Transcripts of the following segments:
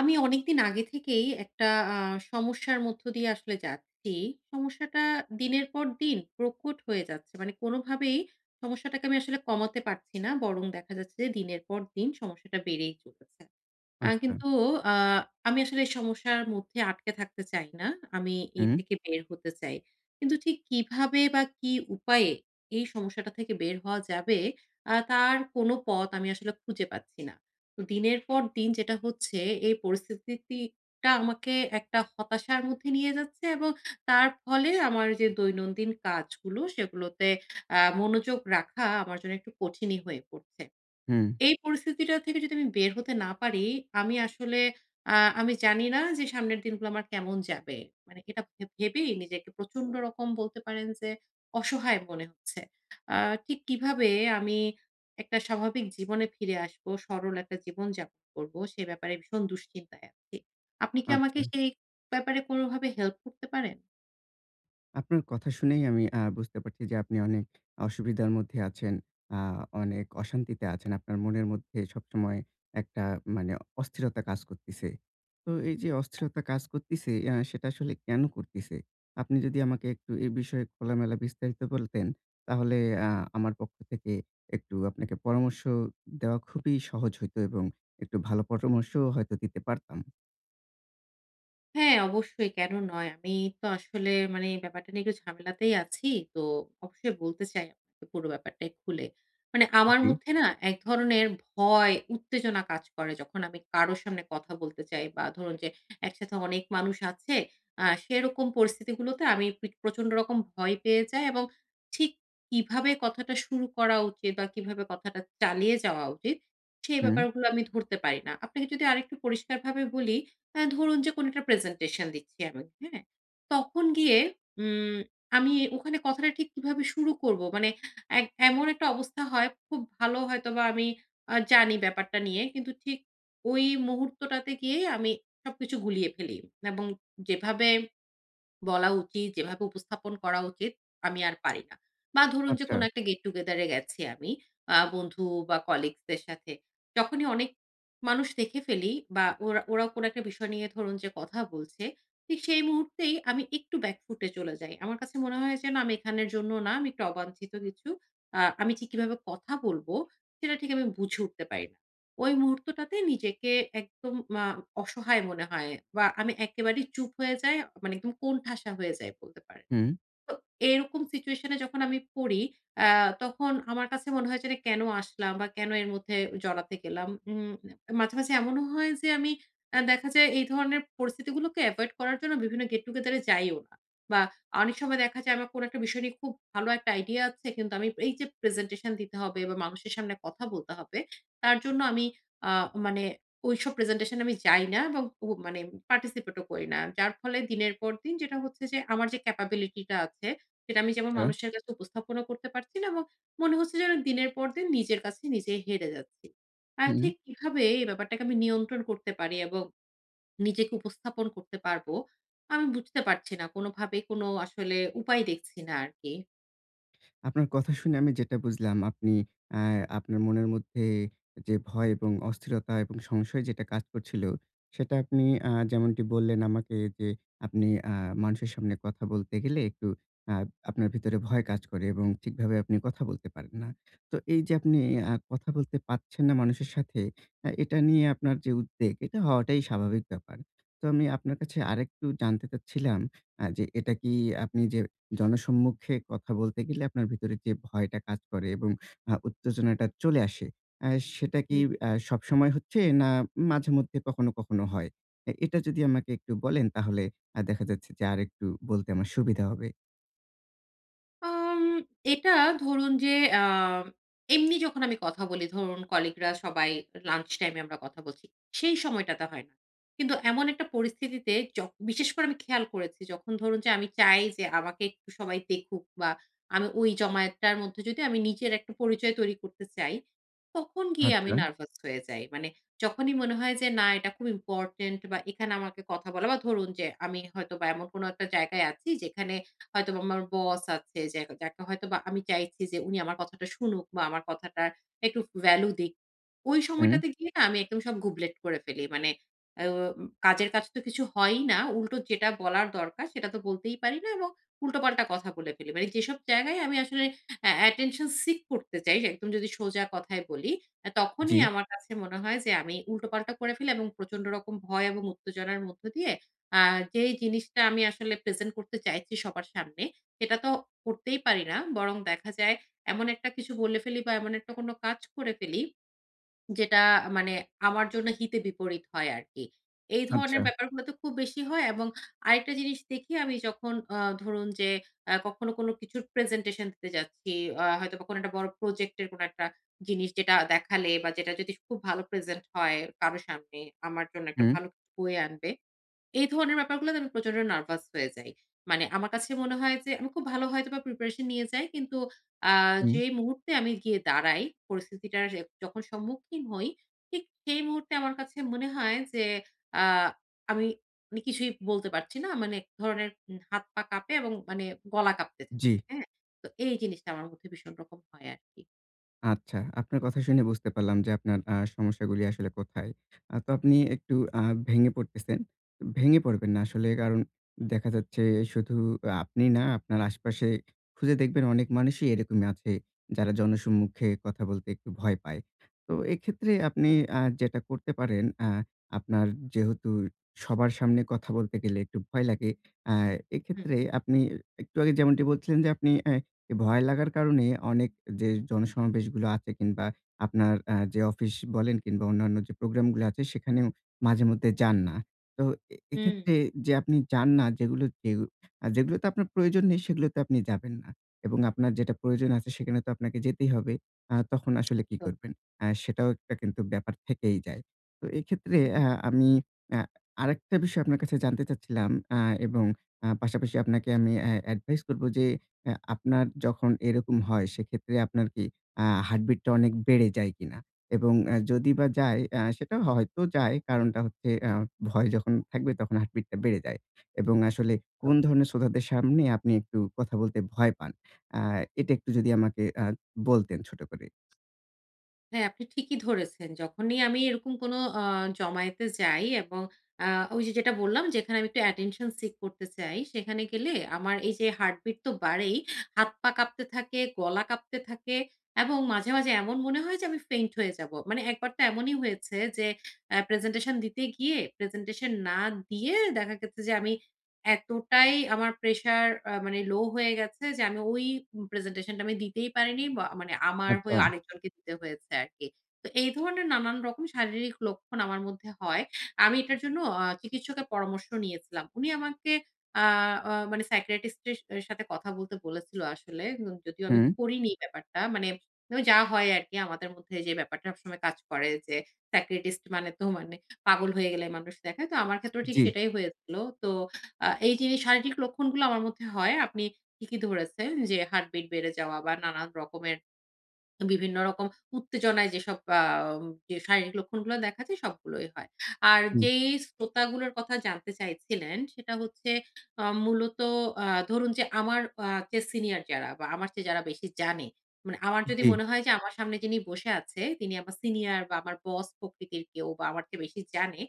আমি অনেকদিন আগে থেকেই একটা আ সমস্যার মধ্য দিয়ে আসলে যাচ্ছি। সমস্যাটা দিনের পর দিন প্রকট হয়ে যাচ্ছে। মানে কোনোভাবেই সমস্যাটাকে আমি আসলে কমাতে পারছি না। বরং দেখা যাচ্ছে যে দিনের পর দিন সমস্যাটা বেড়েই চলেছে। আচ্ছা। কিন্তু আ আমি আসলে এই সমস্যার মধ্যে আটকে থাকতে চাই না। আমি এ হুম, থেকে বের হতে চাই। কিন্তু ঠিক কিভাবে বা কি উপায়ে এই সমস্যাটা থেকে বের হওয়া যাবে, তার কোন পথ আমি আসলে খুঁজে পাচ্ছি না। তো দিনের পর দিন যেটা হচ্ছে, এই পরিস্থিতিটা আমাকে একটা হতাশার মধ্যে নিয়ে যাচ্ছে এবং তার ফলে আমার যে দৈনন্দিন কাজগুলো সেগুলোতে মনোযোগ রাখা আমার জন্য একটু কঠিনই হয়ে পড়ছে। হুম। এই পরিস্থিতিটা থেকে যদি আমি বের হতে না পারি, আমি আসলে আ আমি জানি না যে সামনের দিনগুলো আমার কেমন যাবে। মানে এটা ভেবেই নিজেকে প্রচন্ড রকম, বলতে পারেন, যে অসহায় মনে হচ্ছে। আ ঠিক কিভাবে আমি একটা স্বাভাবিক জীবনে ফিরে আসবো, সরল একটা জীবন যাপন করব, সে ব্যাপারে ভীষণ দুশ্চিন্তায় আছি। আপনি কি আমাকে আচ্ছা। সেই ব্যাপারে কোনোভাবে হেল্প করতে পারেন? আপনার কথা শুনেই আমি বুঝতে পারছি যে আপনি অনেক অসুবিধার মধ্যে আছেন। আ অনেক অশান্তিতে আছেন। আপনার মনের মধ্যে সবসময় একটা মানে অস্থিরতা কাজ করতিছে। তো এই যে অস্থিরতা কাজ করতিছে সেটা আসলে কেন করতিছে? আপনি যদি আমাকে একটু এ বিষয়ে খোলামেলা বিস্তারিত বলতেন, তাহলে আ আমার পক্ষ থেকে একটু আপনাকে পরামর্শ দেওয়া খুবই সহজ হইতো এবং একটু ভালো পরামর্শও হয়তো দিতে পারতাম। হ্যাঁ, অবশ্যই, কেন নয়? আমি তো আসলে, মানে, এই ব্যাপারটা নিয়ে একটু ঝামেলাতেই আছি। তো অবশ্যই বলতে চাই আপনাকে পুরো ব্যাপারটাই খুলে। মানে, আমার জি। মধ্যে না এক ধরনের ভয়, উত্তেজনা কাজ করে যখন আমি কারো সামনে কথা বলতে চাই, বা ধরুন যে একসাথে অনেক মানুষ আছে, সেরকম পরিস্থিতিগুলোতে আমি প্রচন্ড রকম ভয় পেয়ে যাই এবং ঠিক কিভাবে কথাটা শুরু করা উচিত বা কিভাবে কথাটা চালিয়ে যাওয়া উচিত, সেই হুম। ব্যাপারগুলো আমি ধরতে পারি না। আপনাকে যদি আরেকটু পরিষ্কারভাবে বলি, ধরুন যে কোনো একটা প্রেজেন্টেশন দিচ্ছি আমি, হ্যাঁ? তখন গিয়ে উম আমি ওখানে কথাটা ঠিক কিভাবে শুরু করব? মানে, এক এমন একটা অবস্থা হয়, খুব ভালো হয়তোবা আমি জানি ব্যাপারটা নিয়ে, কিন্তু ঠিক ওই মুহূর্তটাতে গিয়েই আমি সবকিছু গুলিয়ে ফেলি এবং যেভাবে বলা উচিত, যেভাবে উপস্থাপন করা উচিত, আমি আর পারি না। বা ধরুন যে আচ্ছা। কোনো একটা গেট টুগেদার এ গেছি আমি বন্ধু বা কলিগস দের সাথে। যখনই অনেক মানুষ দেখে ফেলি বা ওরাও কোনো একটা বিষয় নিয়ে, ধরুন যে, কথা বলছে, ঠিক সেই মুহূর্তেই আমি একটু ব্যাক ফুট এ চলে যাই। আমার কাছে মনে হয় যেন আমি এখানের জন্য না, আমি একটু অবাঞ্ছিত কিছু। আমি ঠিক কিভাবে কথা বলব সেটা ঠিক আমি বুঝে উঠতে পারি না। ওই মুহূর্তটাতে নিজেকে একদম আ অসহায় মনে হয় বা আমি একেবারেই চুপ হয়ে যাই, মানে একদম কোণঠাসা হয়ে যাই, বলতে পারেন। হুম। তো এরকম সিচুয়েশন এ যখন আমি পড়ি, আ তখন আমার কাছে মনে হয় যে এটা কেন আসলাম বা কেন এর মধ্যে জড়াতে গেলাম। মাঝে, মাঝে এমনও হয় যে আমি দেখা যায় এই ধরনের পরিস্থিতিগুলোকে এভয়েড করার জন্য বিভিন্ন গেট টুগেদার এ যাইও না। বা অনেক সময় দেখা যায় আমার কোনো একটা বিষয় নিয়ে খুব ভালো একটা আইডিয়া আছে, কিন্তু আমি এই যে প্রেজেন্টেশন দিতে হবে বা মানুষের সামনে কথা বলতে হবে, তার জন্য আমি আ মানে ওইসব প্রেজেন্টেশন আমি যাই না এবং মানে পার্টিসিপেট ও করি না। যার ফলে দিনের পর দিন যেটা হচ্ছে যে আমার যে ক্যাপাবিলিটি টা আছে, সেটা আমি যেমন আচ্ছা, মানুষের কাছে উপস্থাপনা করতে পারছি না এবং মনে হচ্ছে যেন দিনের পর দিন নিজের কাছে নিজেই হেরে যাচ্ছি। আর হুম। ঠিক কিভাবে এই ব্যাপারটাকে আমি নিয়ন্ত্রণ করতে পারি এবং নিজেকে উপস্থাপন করতে পারবো, আমি বুঝতে পারছি না। কোনোভাবে কোনো আসলে উপায় দেখছি না আরকি। আপনার কথা শুনে আমি যেটা বুঝলাম আপনি আ আপনার মনের মধ্যে যে ভয় এবং অস্থিরতা এবং সংশয় যেটা কাজ করছিল, সেটা আপনি যেমনটি বললেন আমাকে যে আপনি মানুষের সামনে কথা বলতে গেলে একটু আ আপনার ভিতরে ভয় কাজ করে এবং ঠিকভাবে আপনি কথা বলতে পারেন না। তো এই যে আপনি তো কথা বলতে পারছেন না মানুষের সাথে, এটা নিয়ে আপনার যে উদ্বেগ, এটা হওয়াটাই স্বাভাবিক ব্যাপার। তো আমি আপনার কাছে আরেকটু জানতে চাচ্ছিলাম যে এটা কি আপনি যে জনসম্মুখে কথা বলতে গেলে আপনার ভিতরে যে ভয়টা কাজ করে এবং উত্তেজনাটা চলে আসে, আ সেটা কি হুম। সবসময় হচ্ছে না মাঝেমধ্যে কখনো, কখনো হয়? এটা যদি আমাকে একটু বলেন তাহলে দেখা যাচ্ছে যে আরেকটু বলতে আমার সুবিধা হবে। আম এটা, ধরুন যে, আ এমনি যখন আমি কথা বলি, ধরুন কলিগরা সবাই লাঞ্চ টাইম এ আমরা কথা বলছি, সেই সময়টাতে হয় না। কিন্তু এমন একটা পরিস্থিতিতে বিশেষ করে আমি খেয়াল করেছি, যখন ধরুন যে আমি চাই যে আমাকে একটু সবাই দেখুক, বা আমি ওই জমায়েতটার মধ্যে যদি আমি নিজের একটা পরিচয় তৈরি করতে চাই, তখন গিয়ে আমি আচ্ছা। নার্ভাস হয়ে যাই। মানে, যখনই মনে হয় যে না, এটা খুব ইম্পোর্টেন্ট, বা এখানে আমাকে কথা বলা, বা ধরুন যে আমি হয়তোবা এমন কোনো একটা জায়গায় আছি যেখানে হয়তোবা আমার বস আছে, যে যাকে হয়তোবা আমি চাইছি যে উনি আমার কথাটা শুনুক বা আমার কথাটার একটু ভ্যালু দিক, ওই হুম। সময়টাতে গিয়ে না আমি একদম সব গুবলেট করে ফেলি। মানে আ কাজের কাজ তো কিছু হয়ই না। উল্টো যেটা বলার দরকার সেটা তো বলতেই পারি না এবং উল্টোপাল্টা কথা বলে ফেলি। মানে, যেসব জায়গায় আমি আসলে attention seek করতে চাই, একদম যদি সোজা কথায় বলি, জি। তখনই আমার কাছে মনে হয় যে আমি উল্টোপাল্টা করে ফেলি এবং প্রচন্ড রকম ভয় এবং উত্তেজনার মধ্য দিয়ে আ যেই জিনিসটা আমি আসলে প্রেজেন্ট করতে চাইছি সবার সামনে, সেটা তো করতেই পারি না। বরং দেখা যায় এমন একটা কিছু বলে ফেলি বা এমন একটা কোনো কাজ করে ফেলি, যেটা, মানে, আমার জন্য হিতে বিপরীত হয় আরকি। এই আচ্ছা। ধরনের ব্যাপারগুলো তো খুব বেশি হয় এবং আরেকটা জিনিস দেখি আমি, যখন ধরুন যে কখনো কোনো কিছুর প্রেজেন্টেশন দিতে যাচ্ছি, হয়তোবা কোনো একটা বড় প্রজেক্টের কোনো একটা জিনিস যেটা দেখালে বা যেটা যদি খুব ভালো প্রেজেন্ট হয় কারো সামনে, আমার জন্য একটা হুম, ভালো কিছু বয়ে আনবে, এই ধরনের ব্যাপারগুলোতে আমি প্রচন্ড নার্ভাস হয়ে যাই। মানে আমার কাছে মনে হয় যে আমি খুব ভালো হয়তোবা প্রিপারেশন নিয়ে যাই, কিন্তু আ হুম। যে মুহূর্তে আমি গিয়ে দাঁড়াই, পরিস্থিতিটার এ যখন সম্মুখীন হই, ঠিক সেই মুহূর্তে আমার কাছে মনে হয় যে আ আমি, মানে, কিছুই বলতে পারছি না। মানে এক ধরনের হাত-পা কাঁপে এবং, মানে, গলা কাঁপতে থাকে। জি। হ্যাঁ? তো এই জিনিসটা আমার মধ্যে ভীষণ রকম হয় আরকি। আচ্ছা, আপনার কথা শুনে বুঝতে পারলাম যে আপনার সমস্যাগুলি আসলে কোথায়। তো আপনি একটু ভেঙে পড়তেছেন। ভেঙে পড়বেন না আসলে কারণ দেখা যাচ্ছে শুধু আপনি না আপনার আশপাশে খুঁজে দেখবেন অনেক মানুষই এরকমই আছে যারা জনসম্মুখে কথা বলতে একটু ভয় পায়। তো এক্ষেত্রে আপনি যেটা করতে পারেন আপনার যেহেতু সবার সামনে কথা বলতে গেলে একটু ভয় লাগে। আ এক্ষেত্রে হুম, আপনি একটু আগে যেমনটি বলছিলেন যে আপনি এই ভয় লাগার কারণে অনেক যে জনসমাবেশগুলো আছে কিংবা আপনার যে অফিস বলেন কিংবা অন্যান্য যে প্রোগ্রামগুলো আছে সেখানেও মাঝে মধ্যে যান না। তো হুম, এক্ষেত্রে যে আপনি যান না যেগুলোতে আপনার প্রয়োজন নেই সেগুলোতে আপনি যাবেন না। এবং আপনার যেটা প্রয়োজন আছে সেখানে তো আপনাকে যেতেই হবে। তখন আসলে কি তো করবেন? সেটাও একটা কিন্তু ব্যাপার থেকেই যায়। তো এক্ষেত্রে হুম, আমি আ আরেকটা বিষয় আপনার কাছে জানতে চাচ্ছিলাম আ এবং পাশাপাশি আপনাকে আমি অ্যাডভাইস করব যে আপনার যখন এরকম হয় সেক্ষেত্রে আপনার কি হার্টবিট টা অনেক বেড়ে যায় কিনা? এবং যদি বা যায় সেটা হয়তো যায়। কারণটা হচ্ছে ভয় যখন থাকবে তখন হার্টবিট টা বেড়ে যায়। এবং আসলে তো কোন ধরনের শ্রোতাদের সামনে আপনি একটু কথা বলতে ভয় পান? আ এটা একটু যদি আমাকে বলতেন ছোট করে। হ্যাঁ, আপনি ঠিকই ধরেছেন। যখনই আমি এরকম কোনো জমায়েতে যাই এবং আ ওই যে যেটা বললাম যেখানে আমি একটু attention seek করতে চাই, সেখানে গেলে আমার এই যে হার্টবিট তো বাড়েই, হাত পা কাঁপতে থাকে, গলা কাঁপতে থাকে এবং মাঝে, মাঝে এমন মনে হয় যে আমি ফেইন্ট হয়ে যাবো। মানে একবার তো এমনই হয়েছে যে প্রেজেন্টেশন দিতে গিয়ে প্রেজেন্টেশন না দিয়ে দেখা গেছে যে আমি এতটাই আমার প্রেশার মানে লো হয়ে গেছে যে আমি ওই প্রেজেন্টেশনটা আমি দিতেই পারিনি বা, মানে, আমার হয়ে আচ্ছা। আরেকজনকে দিতে হয়েছে আরকি। তো এই ধরনের নানান রকম শারীরিক লক্ষণ আমার মধ্যে হয়। আমি এটার জন্য চিকিৎসকের পরামর্শ নিয়েছিলাম। উনি আমাকে আ আ মানে সাইকিয়াট্রিস্ট এর সাথে কথা বলতে বলেছিল আসলে। যদিও আমি হুম। করিনি ব্যাপারটা। মানে, ও যা হয় আরকি, আমাদের মধ্যে যে ব্যাপারটা সবসময় কাজ করে যে সাইকিয়াট্রিস্ট মানে তো, মানে, পাগল হয়ে গেলে মানুষ দেখায়। তো আমার ক্ষেত্রেও ঠিক জি। সেটাই হয়েছিল। তো এই যে শারীরিক লক্ষণগুলো আমার মধ্যে হয়, আপনি ঠিকই ধরেছেন যে হার্টবিট বেড়ে যাওয়া বা নানান রকমের বিভিন্ন রকম উত্তেজনায় যেসব যে শারীরিক লক্ষণগুলো দেখা যায় সবগুলোই হয়। আর হুম। যেই শ্রোতাগুলোর কথা জানতে চাইছিলেন সেটা হচ্ছে মূলত ধরুন যে আমার যে সিনিয়র যারা, বা আমার চেয়ে যারা বেশি জানে, মানে আমার যদি জি। মনে হয় যে আমার সামনে যিনি বসে আছে তিনি আমার সিনিয়র বা আমার বস প্রকৃতির কেউ বা আমার চেয়ে বেশি জানে,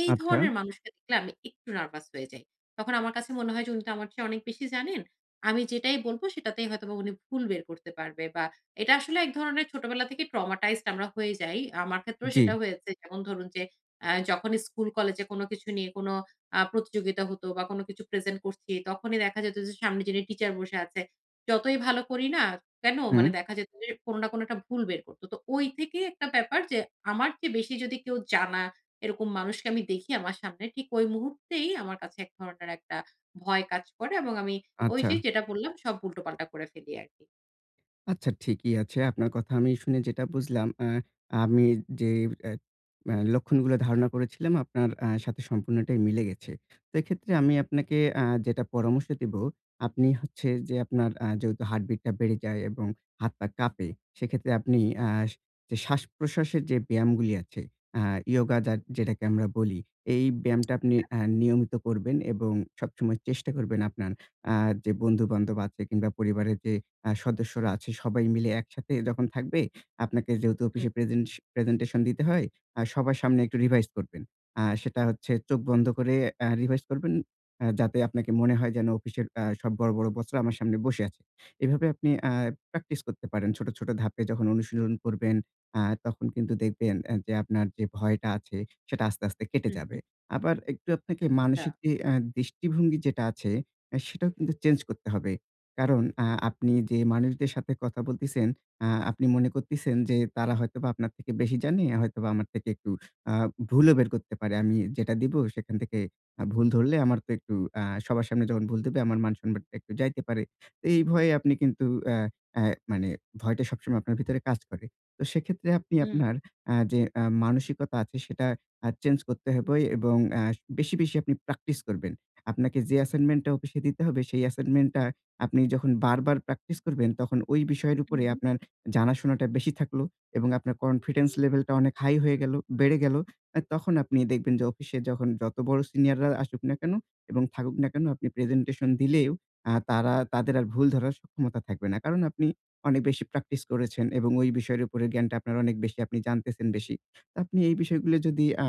এই আচ্ছা। ধরনের মানুষকে দেখলে আমি একটু নার্ভাস হয়ে যাই। তখন আমার কাছে মনে হয় যে উনি তো আমার চেয়ে অনেক বেশি জানেন। আমি যেটাই বলব সেটাতেই হয়তোবা উনি ভুল বের করতে পারবে। বা এটা আসলে এক ধরনের ছোটবেলা থেকে traumatized আমরা হয়ে যাই। আমার ক্ষেত্রেও জি। সেটা হয়েছে। যেমন ধরুন যে, যখন স্কুল কলেজে কোনো কিছু নিয়ে কোনো প্রতিযোগিতা হতো বা কোনো কিছু প্রেজেন্ট করছি, তখনই দেখা যেত যে সামনে যিনি টিচার বসে আছে, যতই ভালো করি না কেন, মানে, হুম। দেখা যেত যে কোনো না কোনো একটা ভুল বের করত। তো ওই থেকেই একটা ব্যাপার, যে আমার চেয়ে বেশি যদি কেউ জানা এরকম মানুষকে আমি দেখি আমার সামনে, ঠিক ওই মুহূর্তেই আমার কাছে এক ধরনের একটা ভয় কাজ করে এবং আমি ওই আচ্ছা। যে যেটা বললাম সব উল্টোপাল্টা করে ফেলি আরকি। আচ্ছা ঠিকই আছে। আপনার কথা আমি শুনে যেটা বুঝলাম আমি যে অ্যা আ লক্ষণগুলো ধারণা করেছিলাম আপনার সাথে সম্পূর্ণটাই মিলে গেছে। তো এক্ষেত্রে আমি আপনাকে যেটা পরামর্শ দিব, আপনি হচ্ছে যে আপনার যেহেতু হার্টবিটটা বেড়ে যায় এবং হাত-পা কাঁপে, সেক্ষেত্রে আপনি আ যে শ্বাস-প্রশ্বাসের যে ব্যায়ামগুলি আছে, আ ইয়োগা যা যেটাকে আমরা বলি, এই ব্যায়ামটা আপনি নিয়মিত করবেন এবং সবসময় চেষ্টা করবেন আপনার আ যে বন্ধু-বান্ধব আছে কিংবা পরিবারের যে সদস্যরা আছে সবাই মিলে একসাথে যখন থাকবে, আপনাকে যেহেতু হুম। অফিসে প্রেজেন্টেশন দিতে হয়, সবার সামনে একটু রিভাইজ করবেন। সেটা হচ্ছে চোখ বন্ধ করে রিভাইজ করবেন। যাতে আপনাকে মনে হয় যেন অফিসের সব বড়, বড় বসরা আমার সামনে বসে আছে। এভাবে আপনি প্র্যাকটিস করতে পারেন। ছোট, ছোট ধাপে যখন অনুশীলন করবেন, আ তখন কিন্তু দেখবেন যে আপনার যে ভয়টা আছে সেটা আস্তে, আস্তে কেটে হু, হু। যাবে। আবার একটু আপনাকে মানসিক যে দৃষ্টিভঙ্গি যেটা আছে, সেটাও কিন্তু চেঞ্জ করতে হবে। কারণ আপনি যে মানুষদের সাথে কথা বলতেছেন, আপনি মনে করতেছেন যে তারা হয়তোবা আপনার থেকে বেশি জানে, হয়তোবা আমার থেকে একটু আ ভুলও বের করতে পারে। আমি যেটা দিব সেখান থেকে ভুল ধরলে আমার তো একটু সবার সামনে যখন ভুল দেবে আমার মান সম্মানটা একটু যাইতে পারে। তো এই ভয়ে আপনি কিন্তু আ অ্যা মানে ভয়টা সবসময় আপনার ভিতরে কাজ করে। তো সেক্ষেত্রে আপনি হুম, আপনার যে মানসিকতা আছে সেটা চেঞ্জ করতে হবে এবং বেশি, বেশি আপনি প্র্যাকটিস করবেন। আপনাকে যে অ্যাসাইনমেন্টটা অফিসে দিতে হবে সেই অ্যাসাইনমেন্টটা আপনি যখন বারবার প্র্যাকটিস করবেন, তখন ওই বিষয়ের উপরে হুম। আপনার জানাশোনাটা বেশি থাকলো এবং আপনার কনফিডেন্স লেভেলটা অনেক হাই হয়ে গেল, বেড়ে গেল। তখন আপনি দেখবেন যে অফিসে যখন যত বড় সিনিয়ররা আসুক না কেন এবং থাকুক না কেন, আপনি প্রেজেন্টেশন দিলেও তারা তাদের আর ভুল ধরার সক্ষমতা থাকবে না। কারণ আপনি অনেক বেশি প্র্যাকটিস করেছেন এবং ওই বিষয়ের উপরে জ্ঞানটা আপনার অনেক বেশি, আপনি জানতেছেন বেশি। তো আপনি এই বিষয়গুলো যদি আ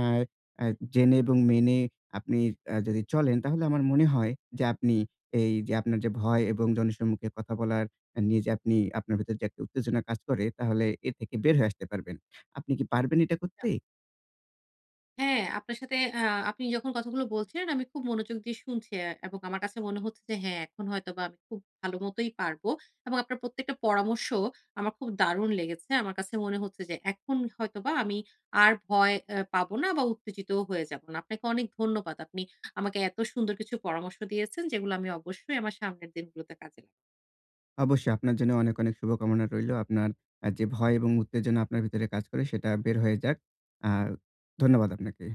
আ জেনে এবং মেনে আপনি যদি চলেন, তাহলে আমার মনে হয় যে আপনি এই যে আপনার যে ভয় এবং জনের সম্মুখে কথা বলার নিয়ে যে আপনি আপনার ভেতর যে একটা উত্তেজনা কাজ করে, তাহলে এ থেকে বের হয়ে আসতে পারবেন। আপনি কি পারবেন এটা করতে? হ্যাঁ, আপনার সাথে আপনি যখন কথাগুলো বলছিলেন আমি খুব মনোযোগ দিয়ে শুনছি এবং আমার কাছে মনে হচ্ছে যে, হ্যাঁ, এখন হয়তোবা আমি খুব ভালো মতোই পারবো এবং আপনার প্রত্যেকটা পরামর্শ আমার খুব দারুণ লেগেছে। আমার কাছে মনে হচ্ছে যে এখন হয়তোবা আমি আর ভয় পাবো না বা উত্তেজিতও হয়ে যাবো না। আপনাকে অনেক ধন্যবাদ। আপনি আমাকে এত সুন্দর কিছু পরামর্শ দিয়েছেন, যেগুলো আমি অবশ্যই আমার সামনের দিনগুলোতে কাজে অবশ্যই আপনার জন্য অনেক, অনেক শুভকামনা রইলো। আপনার যে ভয় এবং উত্তেজনা আপনার ভিতরে কাজ করে সেটা বের হয়ে যাক। আ ধন্যবাদ আপনাকে।